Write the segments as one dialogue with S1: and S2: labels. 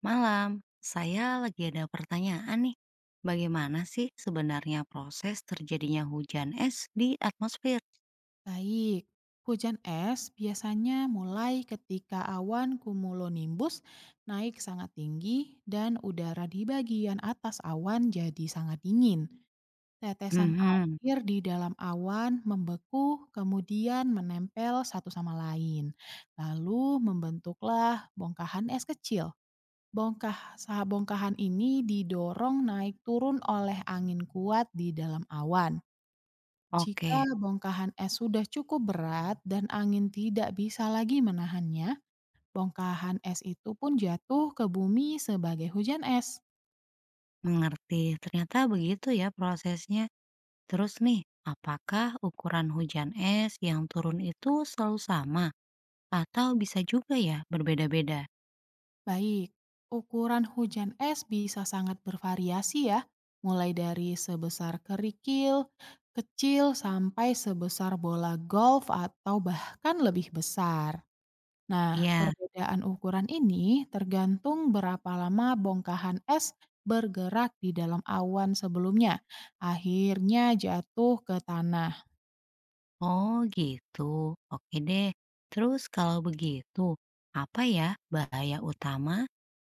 S1: Malam, saya lagi ada pertanyaan nih. Bagaimana sih sebenarnya proses terjadinya hujan es di atmosfer?
S2: Baik, hujan es biasanya mulai ketika awan cumulonimbus naik sangat tinggi dan udara di bagian atas awan jadi sangat dingin. Tetesan
S1: Mhm.
S2: air di dalam awan membeku kemudian menempel satu sama lain. Lalu membentuklah bongkahan es kecil. Bongkahan ini didorong naik turun oleh angin kuat di dalam awan. Jika
S1: Oke.
S2: bongkahan es sudah cukup berat dan angin tidak bisa lagi menahannya, bongkahan es itu pun jatuh ke bumi sebagai hujan es.
S1: Mengerti. Ternyata begitu ya prosesnya. Terus nih, apakah ukuran hujan es yang turun itu selalu sama atau bisa juga ya berbeda-beda?
S2: Baik, ukuran hujan es bisa sangat bervariasi ya, mulai dari sebesar kerikil, kecil sampai sebesar bola golf atau bahkan lebih besar. Nah,
S1: Ya.
S2: perbedaan ukuran ini tergantung berapa lama bongkahan es bergerak di dalam awan sebelumnya, akhirnya jatuh ke tanah.
S1: Oh gitu, oke deh. Terus kalau begitu, apa ya bahaya utama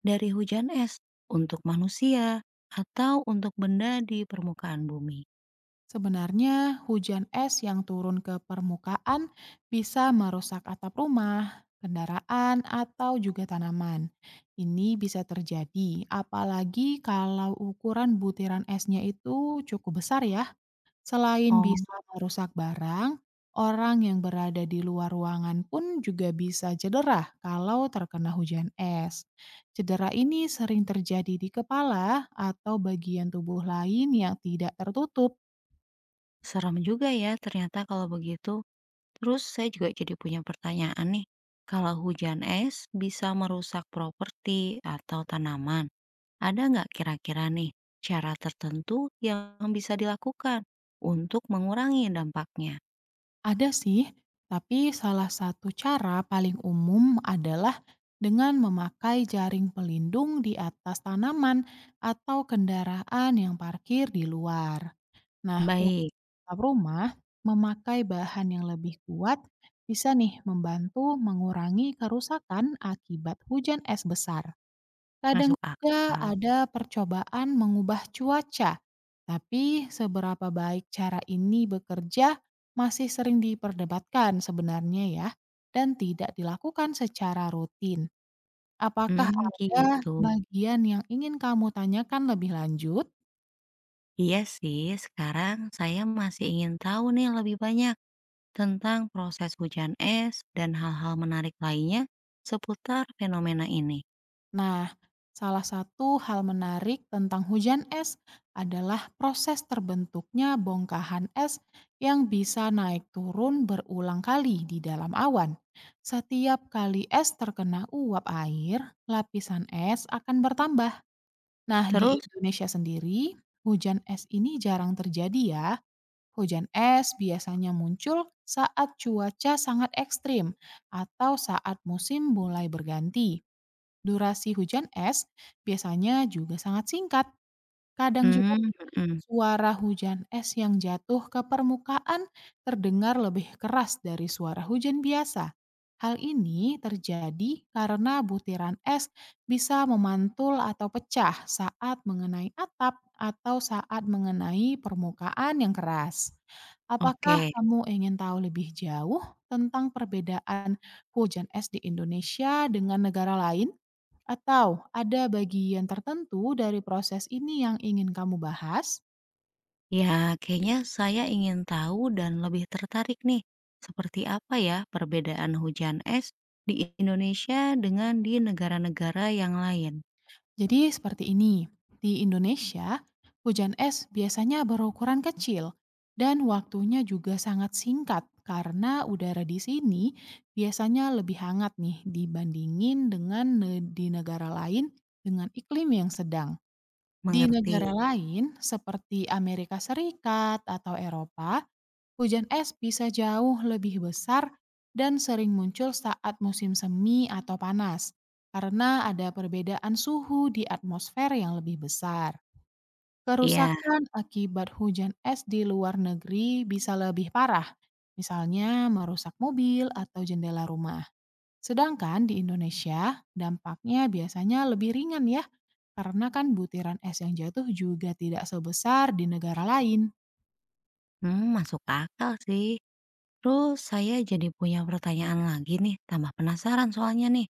S1: dari hujan es untuk manusia atau untuk benda di permukaan bumi?
S2: Sebenarnya, hujan es yang turun ke permukaan bisa merusak atap rumah, kendaraan, atau juga tanaman. Ini bisa terjadi, apalagi kalau ukuran butiran esnya itu cukup besar ya. Selain
S1: Oh,
S2: bisa merusak barang, orang yang berada di luar ruangan pun juga bisa cedera kalau terkena hujan es. Cedera ini sering terjadi di kepala atau bagian tubuh lain yang tidak tertutup.
S1: serem juga ya ternyata kalau begitu. Terus saya juga jadi punya pertanyaan nih. Kalau hujan es bisa merusak properti atau tanaman, ada nggak kira-kira nih cara tertentu yang bisa dilakukan untuk mengurangi dampaknya?
S2: Ada sih, tapi salah satu cara paling umum adalah dengan memakai jaring pelindung di atas tanaman atau kendaraan yang parkir di luar. Nah, atap
S1: Baik.
S2: rumah, memakai bahan yang lebih kuat bisa nih membantu mengurangi kerusakan akibat hujan es besar. Kadang
S1: Masuk
S2: juga
S1: akal.
S2: ada percobaan mengubah cuaca, tapi seberapa baik cara ini bekerja masih sering diperdebatkan sebenarnya ya, dan tidak dilakukan secara rutin. Apakah ada
S1: Gitu.
S2: bagian yang ingin kamu tanyakan lebih lanjut?
S1: Iya sih, sekarang saya masih ingin tahu nih lebih banyak tentang proses hujan es dan hal-hal menarik lainnya seputar fenomena ini.
S2: Nah, salah satu hal menarik tentang hujan es adalah proses terbentuknya bongkahan es yang bisa naik turun berulang kali di dalam awan. Setiap kali es terkena uap air, lapisan es akan bertambah. Nah, di
S1: Terus
S2: Indonesia sendiri, hujan es ini jarang terjadi ya. Hujan es biasanya muncul saat cuaca sangat ekstrim atau saat musim mulai berganti. Durasi hujan es biasanya juga sangat singkat, kadang juga
S1: mmm,
S2: nih
S1: mhm,
S2: suara hujan es yang jatuh ke permukaan terdengar lebih keras dari suara hujan biasa. Hal ini terjadi karena butiran es bisa memantul atau pecah saat mengenai atap atau saat mengenai permukaan yang keras. Apakah
S1: oke.
S2: kamu ingin tahu lebih jauh tentang perbedaan hujan es di Indonesia dengan negara lain? Atau ada bagian tertentu dari proses ini yang ingin kamu bahas?
S1: Ya, kayaknya saya ingin tahu dan lebih tertarik nih, seperti apa ya perbedaan hujan es di Indonesia dengan di negara-negara yang lain?
S2: Jadi seperti ini, di Indonesia, hujan es biasanya berukuran kecil dan waktunya juga sangat singkat karena udara di sini biasanya lebih hangat nih dibandingin dengan di negara lain dengan iklim yang sedang. Di
S1: Mengerti.
S2: negara lain seperti Amerika Serikat atau Eropa, hujan es bisa jauh lebih besar dan sering muncul saat musim semi atau panas, karena ada perbedaan suhu di atmosfer yang lebih besar.
S1: Iya.
S2: Kerusakan akibat hujan es di luar negeri bisa lebih parah, misalnya merusak mobil atau jendela rumah. Sedangkan di Indonesia, dampaknya biasanya lebih ringan ya, karena kan butiran es yang jatuh juga tidak sebesar di negara lain.
S1: Masuk akal sih. Terus saya jadi punya pertanyaan lagi nih, tambah penasaran soalnya nih,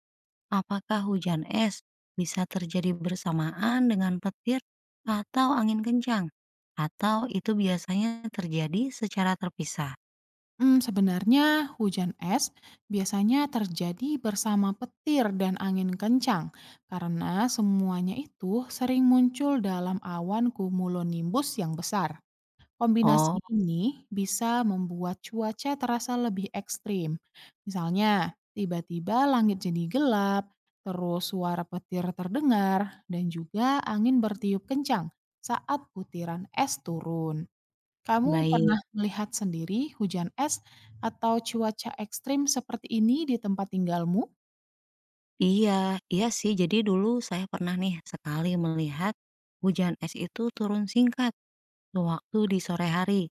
S1: apakah hujan es bisa terjadi bersamaan dengan petir atau angin kencang? Atau itu biasanya terjadi secara terpisah?
S2: Sebenarnya hujan es biasanya terjadi bersama petir dan angin kencang karena semuanya itu sering muncul dalam awan cumulonimbus yang besar.
S1: Oh,
S2: Kombinasi ini bisa membuat cuaca terasa lebih ekstrim. Misalnya, tiba-tiba langit jadi gelap, terus suara petir terdengar, dan juga angin bertiup kencang saat butiran es turun. Kamu
S1: baik.
S2: pernah melihat sendiri hujan es atau cuaca ekstrim seperti ini di tempat tinggalmu?
S1: Iya, iya sih. Jadi dulu saya pernah nih sekali melihat hujan es itu turun singkat waktu di sore hari.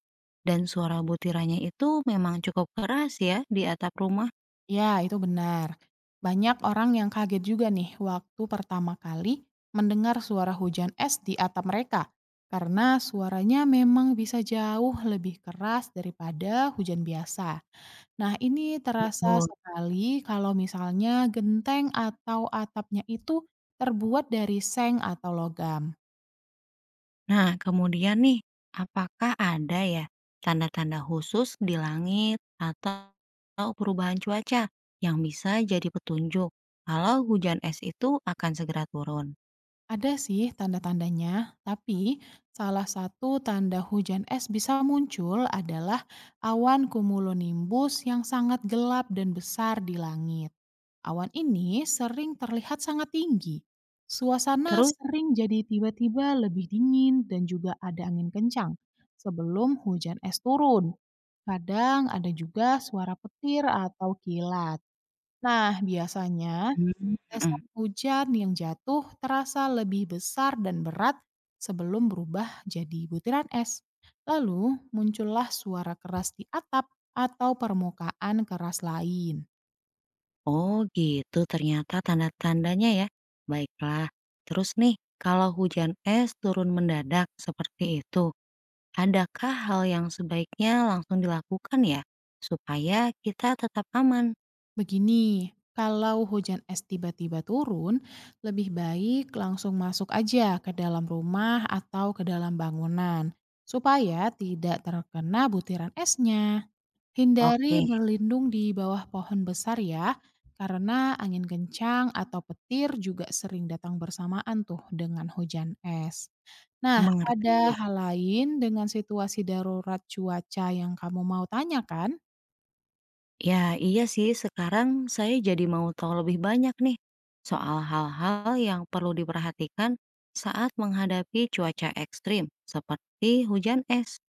S1: Dan suara butirannya itu memang cukup keras ya di atap rumah.
S2: Ya, itu benar. Banyak orang yang kaget juga nih waktu pertama kali mendengar suara hujan es di atap mereka. Karena suaranya memang bisa jauh lebih keras daripada hujan biasa. Nah, ini terasa
S1: Betul.
S2: sekali kalau misalnya genteng atau atapnya itu terbuat dari seng atau logam.
S1: Nah, kemudian nih, apakah ada ya tanda-tanda khusus di langit atau perubahan cuaca yang bisa jadi petunjuk kalau hujan es itu akan segera turun?
S2: Ada sih tanda-tandanya, tapi salah satu tanda hujan es bisa muncul adalah awan cumulonimbus yang sangat gelap dan besar di langit. Awan ini sering terlihat sangat tinggi. Suasana
S1: Terus,
S2: sering jadi tiba-tiba lebih dingin dan juga ada angin kencang sebelum hujan es turun. Kadang ada juga suara petir atau kilat. Nah, biasanya
S1: hmm, mm-mm.
S2: tetesan hujan yang jatuh terasa lebih besar dan berat sebelum berubah jadi butiran es. Lalu muncullah suara keras di atap atau permukaan keras lain.
S1: Oh gitu ternyata tanda-tandanya ya. Baiklah, terus nih, kalau hujan es turun mendadak seperti itu, adakah hal yang sebaiknya langsung dilakukan ya supaya kita tetap aman?
S2: Begini, kalau hujan es tiba-tiba turun, lebih baik langsung masuk aja ke dalam rumah atau ke dalam bangunan supaya tidak terkena butiran esnya. Hindari
S1: Oke,
S2: berlindung di bawah pohon besar ya, karena angin kencang atau petir juga sering datang bersamaan tuh dengan hujan es. Nah, ada
S1: mengerti.
S2: hal lain dengan situasi darurat cuaca yang kamu mau tanyakan?
S1: Ya, iya sih. Sekarang saya jadi mau tahu lebih banyak nih soal hal-hal yang perlu diperhatikan saat menghadapi cuaca ekstrim, seperti hujan es.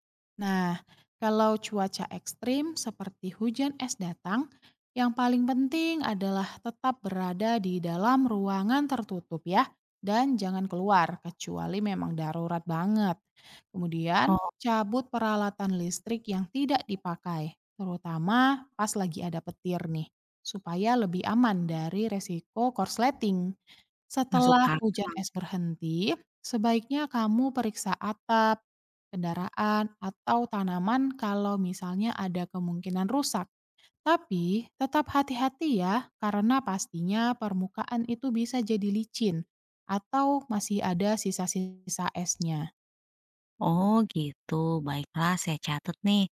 S2: Nah, kalau cuaca ekstrim seperti hujan es datang, yang paling penting adalah tetap berada di dalam ruangan tertutup ya, dan jangan keluar kecuali memang darurat banget. Kemudian,
S1: Oh,
S2: cabut peralatan listrik yang tidak dipakai, terutama pas lagi ada petir nih, supaya lebih aman dari resiko korsleting.
S1: masuk
S2: Setelah
S1: akal.
S2: hujan es
S1: Mhm.
S2: berhenti, sebaiknya kamu periksa atap, kendaraan, atau tanaman kalau misalnya ada kemungkinan rusak. Tapi tetap hati-hati ya, karena pastinya permukaan itu bisa jadi licin atau masih ada sisa-sisa esnya.
S1: Oh, gitu. Baiklah, saya catat nih.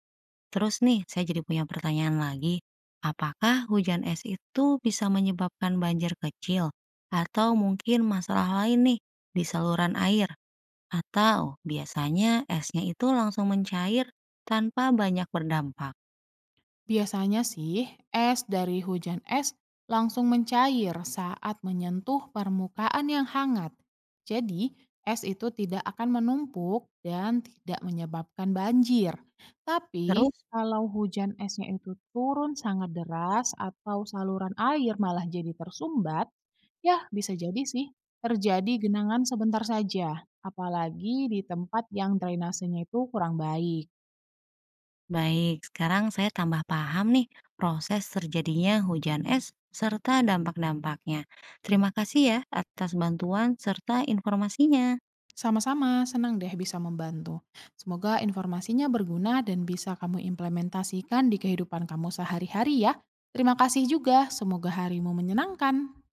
S1: Terus nih, saya jadi punya pertanyaan lagi. Apakah hujan es itu bisa menyebabkan banjir kecil atau mungkin masalah lain nih di saluran air? Atau biasanya esnya itu langsung mencair tanpa banyak berdampak.
S2: Biasanya sih, es dari hujan es langsung mencair saat menyentuh permukaan yang hangat. Jadi, es itu tidak akan menumpuk dan tidak menyebabkan banjir. Tapi,
S1: Terus,
S2: kalau hujan esnya itu turun sangat deras atau saluran air malah jadi tersumbat, ya bisa jadi sih terjadi genangan sebentar saja, apalagi di tempat yang drainasenya itu kurang baik.
S1: baik, sekarang saya tambah paham nih proses terjadinya hujan es serta dampak-dampaknya. Terima kasih ya atas bantuan serta informasinya.
S2: Sama-sama, senang deh bisa membantu. Semoga informasinya berguna dan bisa kamu implementasikan di kehidupan kamu sehari-hari ya. Terima kasih juga, semoga harimu menyenangkan.